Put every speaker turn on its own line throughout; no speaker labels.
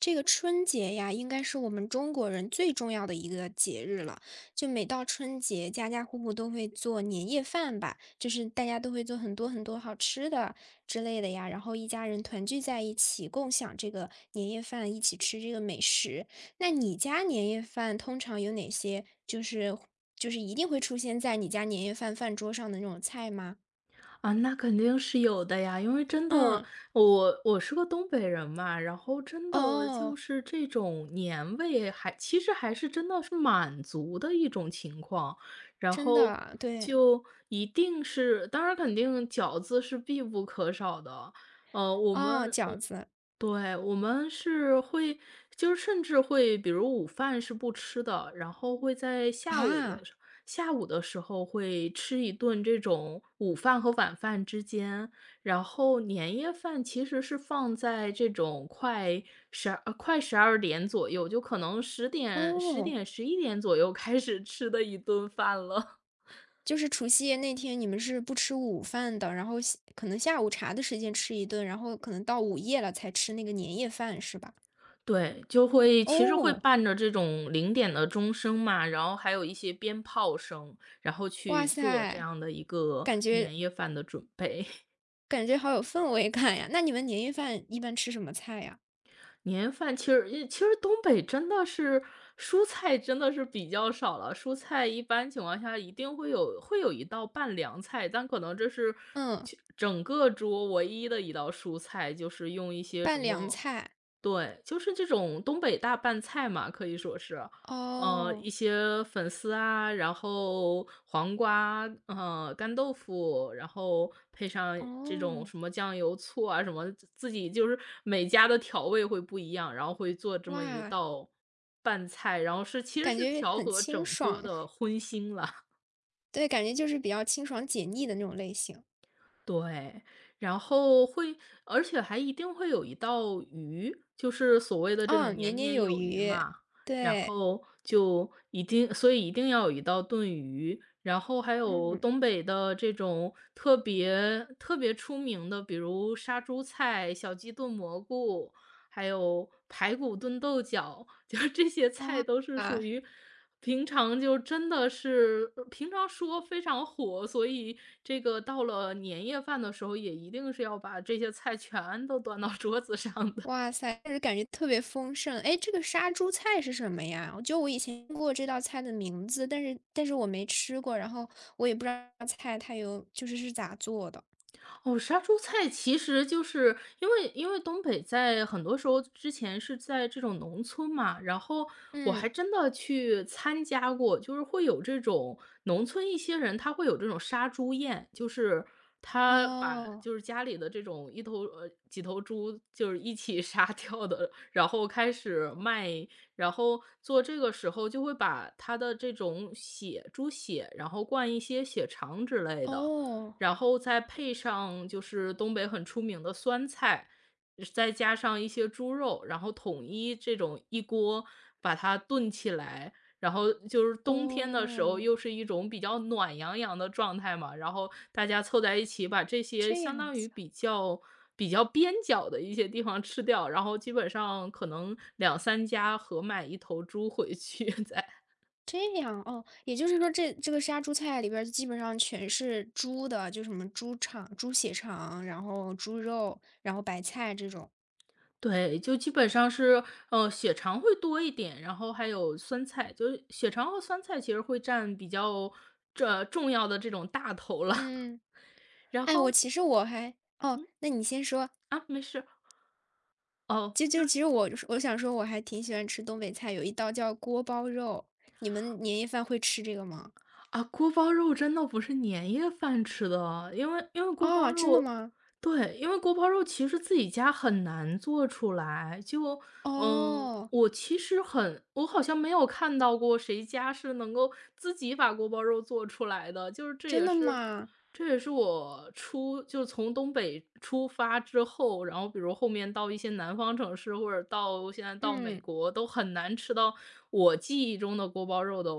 这个春节呀，应该是我们中国人最重要的一个节日了。就每到春节，家家户户都会做年夜饭吧，就是大家都会做很多很多好吃的之类的呀，然后一家人团聚在一起，共享这个年夜饭，一起吃这个美食。那你家年夜饭通常有哪些？就是一定会出现在你家年夜饭饭桌上的那种菜吗？
啊，那肯定是有的呀，因为真的，
嗯，
我是个东北人嘛，然后真的就
哦，
是这种年味其实还是真的是满足的一种情况，然
真
后
的，对，
就一定是，当然肯定饺子是必不可少的，我
哦，
们
饺
我
子
对，我们是会就是甚至会比如午饭是不吃的，然后会在
啊，
下午的时候会吃一顿这种午饭和晚饭之间，然后年夜饭其实是放在这种快12点左右，就可能十点十
哦。
点、11点左右开始吃的一顿饭了。
就是除夕夜那天，你们是不吃午饭的，然后可能下午茶的时间吃一顿，然后可能到午夜了才吃那个年夜饭，是吧？
对，其实会
哦，
伴着这种0点的钟声嘛，然后还有一些鞭炮声，然后
哇
去做这
塞，
样的一个
感觉
年夜饭的准备。
感觉好有氛围感呀！那你们年夜饭一般吃什么菜呀？
年夜饭其实东北真的是蔬菜真的是比较少了，蔬菜一般情况下一定会有一道拌凉菜，但可能这是
嗯，
其整个桌唯一的一道蔬菜，就是用一些什
拌凉
么
菜。
对，就是这种东北大拌菜嘛，可以说是，一
哦
些粉丝啊，然后黄瓜，干豆腐，然后配上这种
哦，
什么酱油、醋啊，什么自己就是每家的调味会不一样，然后会做这么一
哇，
道拌菜，其实
感
是
觉
调
很
和
清
整桌
爽，
的荤腥了。
对，感觉就是比较清爽解腻的那种类型。
对，然后会而且还一定会有一道鱼，就是所谓的这种
嗯，年
年
年
年
有
有余
余，
嘛，然
对，
后就一定所以一定要有一道炖鱼，然后还有
嗯，
东北的这种特别特别出名的，比如杀猪菜、小鸡炖蘑菇，还有排骨炖豆角，就是这些菜
哇。
都是属
啊。
于平常就真的是平常说非常火，所以这个到了年夜饭的时候，也一定是要把这些菜全都端到 桌子上的。
哇塞，就是感觉特别丰盛。哎，这个杀猪菜是什么呀？我以前听过这道菜的名字，但是我没吃过，然后我也不知道这道菜它就是是咋做的。
哦，杀猪菜其实就是因为东北在很多时候之前是在这种农村嘛，然后我还
嗯，
真的去参加过，就是会有这种农村一些人他会有这种杀猪宴，就是他把
哦
就是家里的这种几头猪就是一起 杀掉的，然后开始卖，然后做这个时候就会把他的这种猪血，然后灌一些血肠之类的。
哦
然后再配上就是东北很出名的酸菜，再加上一些猪肉，然后统一这种一锅把它炖起来。然后就是冬天的时候，
哦，
又是一种比较暖洋洋的状态嘛，然后大家凑在一起，把这些
这
相
样
当于
子啊
比较边角的一些地方吃掉，然后基本上可能两三家合买一头猪回去 再
这样哦，也就是说这个杀猪菜里边儿基本上全是猪的，就什么猪肠、猪血肠，然后猪肉，然后白菜这种。
对，就基本上是，血肠会多一点，然后还有酸菜，就是血肠和酸菜其实会占这重要的这种大头了。
嗯，
然
哎，我
后
其实我还。哦，那你先说，
啊，没事，哦，
就
就是
其实我想说，我还挺喜欢吃东北菜，有一道叫锅包肉，你们年夜饭会吃这个吗？
啊，锅包肉真的不是年夜饭吃的啊，因为锅包
哦，真的
肉
吗？
对，因为锅包肉其实自己家很难做出来，
哦，
我其实我好像没有看到过谁家是能够自己把锅包肉做出来的，就是这也
真的
是
吗？
这也是就是从东北出发之后，然后比如后面到一些南方城市，或者到现在到美
嗯
国，都很难吃到我记忆中的锅包肉的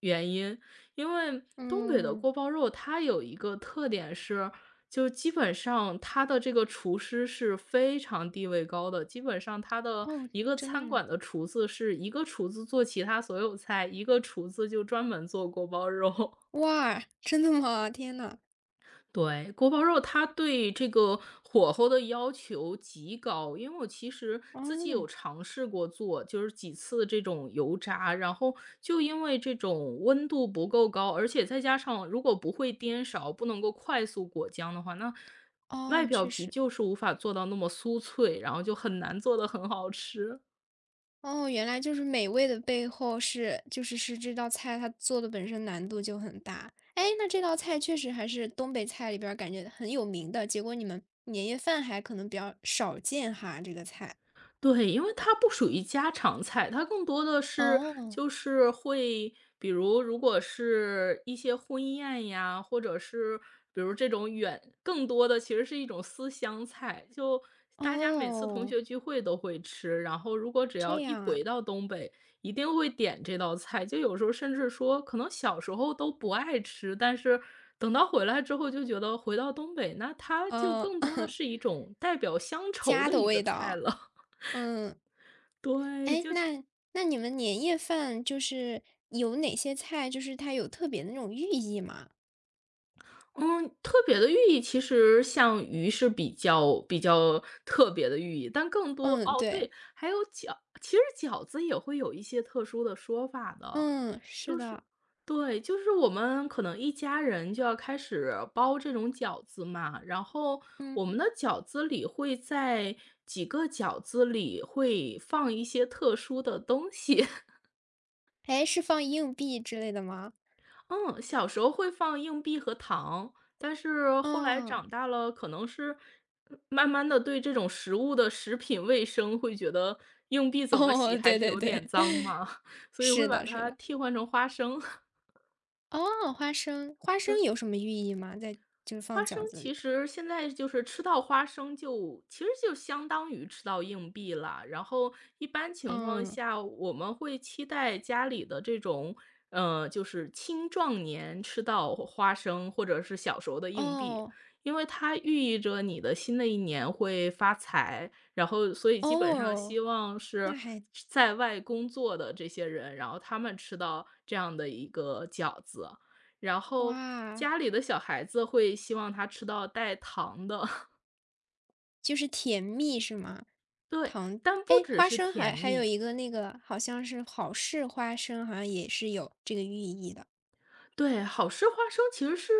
原因。因为东北的
嗯，
锅包肉，它有一个特点是，就基本上它的这个厨师是非常地位高的，基本上它的
哦，
一个
真的
餐馆
吗？
的厨子是一个厨子做其他所有菜，一个厨子就专门做锅包肉。
哇，真的吗？天呐，
对，锅包肉它对这个火候的要求极高，因为我其实自己有
哦
尝试过做，就是几次这种油炸，然后就因为这种温度不够高，而且再加上如果不会颠勺，不能够快速裹浆的话，那外
哦，
表
确
皮
实。
就是无法做到那么酥脆，然后就很难做得很好吃。
哦，原来就是美味的背后是这道菜它做的本身难度就很大。哎，那这道菜确实还是东北菜里边儿感觉很有名的，结果你们年夜饭还可能比较少见哈，这个菜。
对，因为它不属于家常菜，它更多的是
哦
就是会，比如如果是一些婚宴呀，或者是比如这种远，更多的其实是一种思乡菜，就大家每次同
哦，
学聚会都会吃，然后如果只要
这
一
样啊，
回到东北，一定会点这道菜，就有时候甚至说可能小时候都不爱吃，但是等到回来之后就觉得回到东北，那它就
嗯，
更多的 是一种代表乡愁
家
的
的
一个
味
菜
道。
了。
嗯，
对，
哎，那你们年夜饭就是有哪些菜，就是它有特别的那种寓意吗？
特别的寓意其实像鱼是比较特别的寓意，但更多
嗯，
哦，对，
对，
还有饺其实饺子也会有一些特殊的说法的，
嗯，是
就是
的，
对，就是我们可能一家人就要开始包这种饺子嘛，然后
嗯。
我们的饺子里会在几个饺子里会放一些特殊的东西，
哎，是放硬币之类的吗？
嗯，小时候会放硬币和糖，但是后来
哦，
长大了，可能是慢慢的对这种食物的食品卫生会觉得硬币怎么洗
哦，
还
对
是
对
有点
对，
脏嘛，所以会
是
把
的是
它
的。
替换成花生。
哦，花生有什么寓意吗？在就是放
花生
饺子
其
里。
实现在就是吃到花生就其实就相当于吃到硬币了。然后一般情况
嗯，
下，我们会期待家里的这种，就是青壮年吃到花生或者是小时候的硬币，
哦，
因为它寓意着你的新的一年会发财。然后，所以基本上希
哦，
望是
那还
在外工作的这些人，然后他们吃到这样的一个饺子。然后
哇，
家里的小孩子会希望他吃到带糖的，
就是甜蜜是吗？
对，
糖
但不
哎，
只
花
是
生
甜
还有
蜜。
一个那个好像是好事花生，好像也是有这个寓意的。
对，好吃花生其实是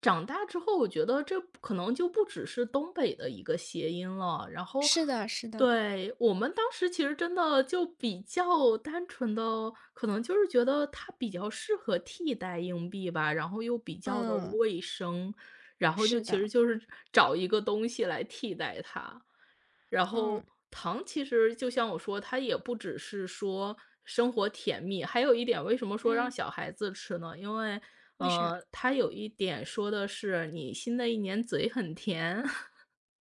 长大之后，我觉得这可能就不只是东北的一个谐音了。然后，
是的是的，
对，我们当时其实真的就比较单纯的，可能就是觉得它比较适合替代硬币吧，然后又比较的
嗯，
卫生，然后就
是
其实
的，
就是找一个东西来替代它。然后
嗯，
糖其实就像我说，它也不只是说生活甜蜜，还有一点为什么说让
嗯，
小孩子吃呢？因为，
为啥？
它有一点说的是你新的一年嘴很甜。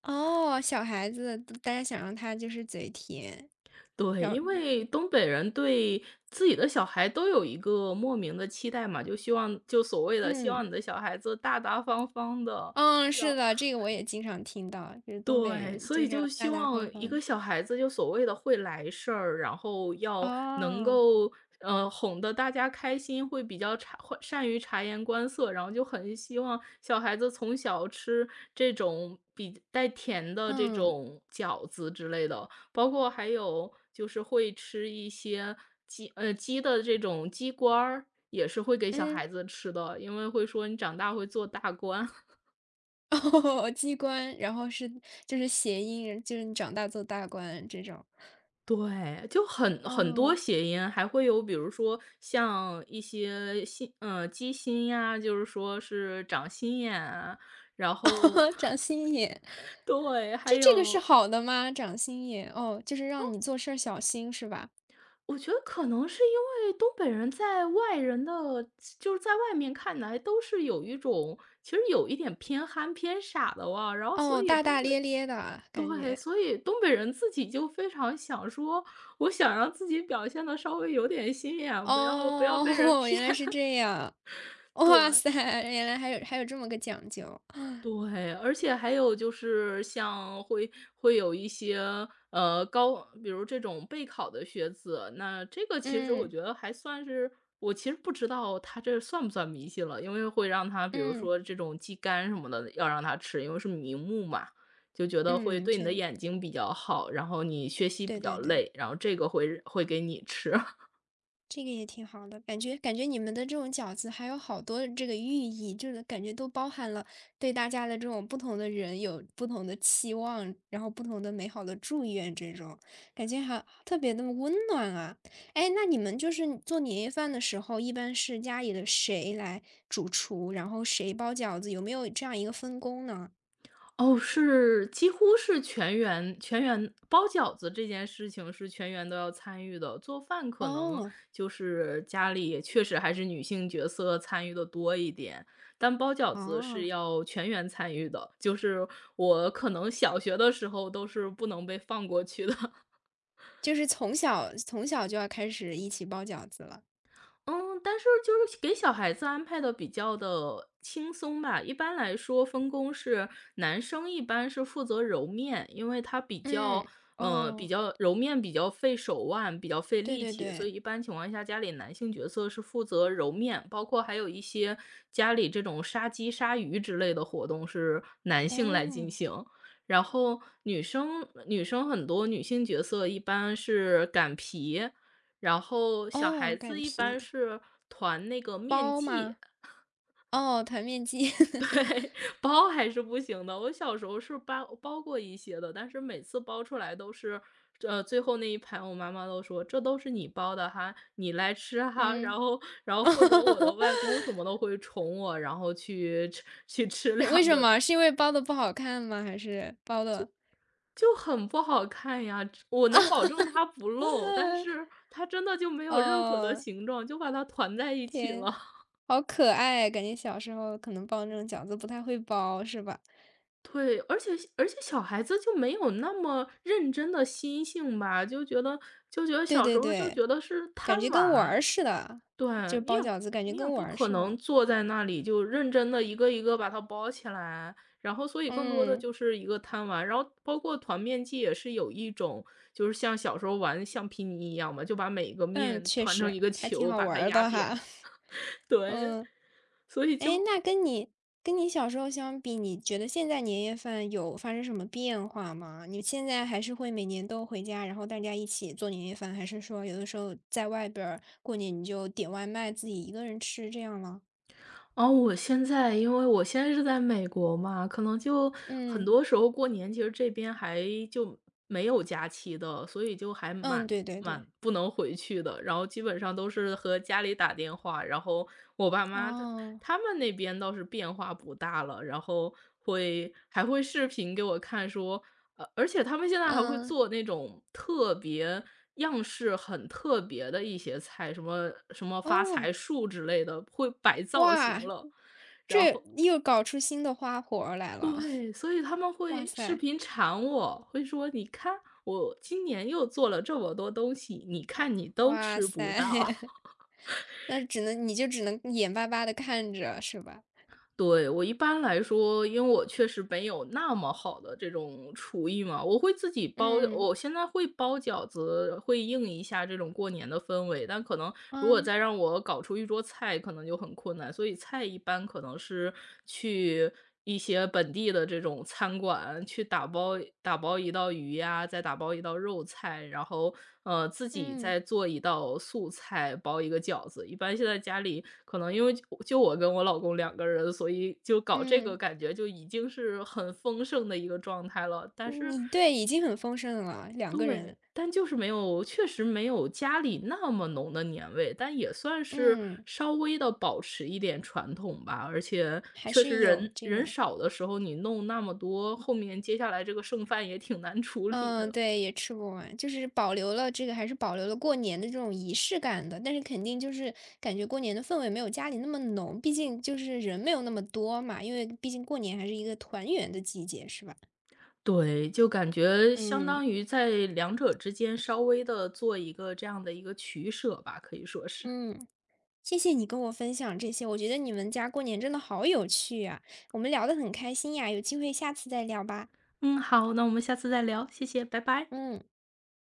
哦，小孩子，大家想让他就是嘴甜，
对，
让
因为东北人对自己的小孩都有一个莫名的期待嘛，就所谓的希
嗯，
望你的小孩子大大方方的，
嗯，
然
是的，这个我也经常听到，就是东北
对，
人
所
就
以
是要
就希
大大
望
方
一
方
个
的。
小孩子就所谓的会来事儿，然后要能
哦，
够哄得大家开心，会善于察言观色，然后就很希望小孩子从小吃这种带甜的这
嗯，
种饺子之类的，包括还有就是会吃一些鸡的这种鸡冠儿，也是会给小
嗯，
孩子吃的，因为会说你长大会做大官。
哦，机关，然后就是谐音，就是你长大做大官这种。
对，就很多
嗯，
谐音，还会有比如说像一些鸡心呀，就是说是长心眼啊，然后
长心眼，
对，还
这个是
有
好的吗？长心眼，哦，就是让你做事儿小心是吧？
我觉得可能是因为东北人在外人的就是在外面看来都是有一种其实有一点偏憨偏傻的哇，然后所
哦，
以
大
东
大
北
咧咧的感
对，
觉。
所以东北人自己就非常想说，我想让自己表现的稍微有点心眼，不要被人
哦，
骗。
原来是这样。哇
对
塞，原来还有这么个讲究。
对，而且还有就是像会有一些高，比如这种备考的学子，那这个其实我
嗯，
觉得还算是，我其实不知道他这算不算迷信了，因为会让他比如
嗯，
说这种鸡肝什么的要让他吃，因为是明目嘛，就觉得会
嗯，
对你的
对，
眼睛比较好，然后你学习比
对对
较
对，
累，然后这个会给你吃，
这个也挺好的。感觉你们的这种饺子还有好多的这个寓意，就是感觉都包含了对大家的这种不同的人有不同的期望，然后不同的美好的祝愿这种，感觉还特别的温暖啊。哎，那你们就是做年夜饭的时候，一般是家里的谁来主厨，然后谁包饺子，有没有这样一个分工呢？
哦，是几乎是全员包饺子这件事情是全员都要参与的，做饭可能
哦。
就是家里确实还是女性角色参与的多一点，但包饺子是
哦，
要全员参与的，就是我可能小学的时候都是不能被放过去的。
就是从小从小就要开始一起包饺子了。
嗯，但是就是给小孩子安排的比较的轻松吧。一般来说分工是男生一般是负责揉面，因为他比较
嗯，
比
哦，
较揉面比较费手腕，比较费
对
力
对
气，所以
对，
一般情况下家里男性角色是负责揉面，包括还有一些家里这种杀鸡杀鱼之类的活动是男性来进
哦，
行。然后女生很多女性角色一般是擀皮，然后小孩
哦，
子
擀
一般
皮，
是团那个面
包
剂，
吗？哦，团面筋，
包还是不行的。我小时候是包过一些的，但是每次包出来都是，最后那一盘我妈妈都说：“这都是你包的哈，你来吃啊哈。”然
嗯，
后，然后或者我的外公 什么的会宠我，然后去吃
是为
两
什
个，
么？是因为包的不好看吗？还是包的？
就很不好看呀。我能保 证它不漏，但是它真的就没有任何的
哦，
形状，就把它团在一起了。
好可爱，感觉小时候可能包那种饺子不太会包，是吧？
对，而且小孩子就没有那么认真的心性吧，就觉得
对
小时
对
候就
对，
觉得是贪
感觉跟玩
玩。
儿似的，
对，
就
你
包
也不
饺子，感觉
你也
跟
不
玩儿
可
似
能
的。
坐在那里就认真的一个一个把它包起来，然后所以更多的
嗯。
就是一个贪玩，然后包括团面记也是有一种，就是像小时候玩橡皮泥一样嘛，就把每一个
嗯，
面
确
团成
实，
一个
还挺
球，
好
把它
玩儿
压
的哈。
扁。对，
嗯，
所以
哎，
就
那跟你小时候相比，你觉得现在年夜饭有发生什么变化吗？你现在还是会每年都回家，然后大家一起做年夜饭，还是说有的时候在外边儿过年你就点外卖自己一个人吃这样了？
哦，我现在因为我现在是在美国嘛，可能就很
嗯
多时候过年，其实这边还就没有假期的，所以就还
嗯，
蛮
对对
蛮
对，
不能回去的。然后基本上都是和家里打电话，然后我爸妈他
哦，
他们那边倒是变化不大了，然后会还会视频给我看说，而且他们现在还会
嗯
做那种特别样式很特别的一些菜，什么什么发财
哦，
树之类的，会摆造型
哇，
了。然
这
后
又搞出新的花活儿来了，
对，所以他们
哇
会视
塞
频馋我，会说：“你看，我今年又做了这么多东西，你看你都
哇
吃
塞。
不到。”
那只能你就只能眼巴巴的看着，是吧？
对，我一般来说，因为我确实没有那么好的这种厨艺嘛，我会自己包。
嗯，
我现在会包饺子，会应一下这种过年的氛围，但可能如果
嗯，
再让我搞出一桌菜，可能就很困难。所以菜一般可能是去一些本地的这种餐馆去打包打包一道鱼呀，再打包一道肉菜，然后，自己
嗯，
再做一道素菜，包一个饺子。一般现在家里可能因为就我跟我老公两个人，所以就搞这个
嗯，
感觉就已经是很丰盛的一个状态了。但是
你对，已经很丰盛了两个
对，
人。
但就是没有确实没有家里那么浓的年味，但也算是
嗯，
稍微的保持一点传统吧。而且
还
确
是
实
有
人
这
人
个
少的时候，你弄那么多，后面接下来这个剩饭也挺难处理
嗯，
的。
对，也吃不完，就是保留了过年的这种仪式感的，但是肯定就是感觉过年的氛围没有家里那么浓，毕竟就是人没有那么多嘛，因为毕竟过年还是一个团圆的季节，是吧？
对，就感觉相
嗯，
当于在两者之间稍微的做一个这样的一个取舍吧，可以说是。
嗯。谢谢你跟我分享这些，我觉得你们家过年真的好有趣啊，我们聊得很开心呀，有机会下次再聊吧。
嗯，好，那我们下次再聊，谢谢，拜拜。
嗯。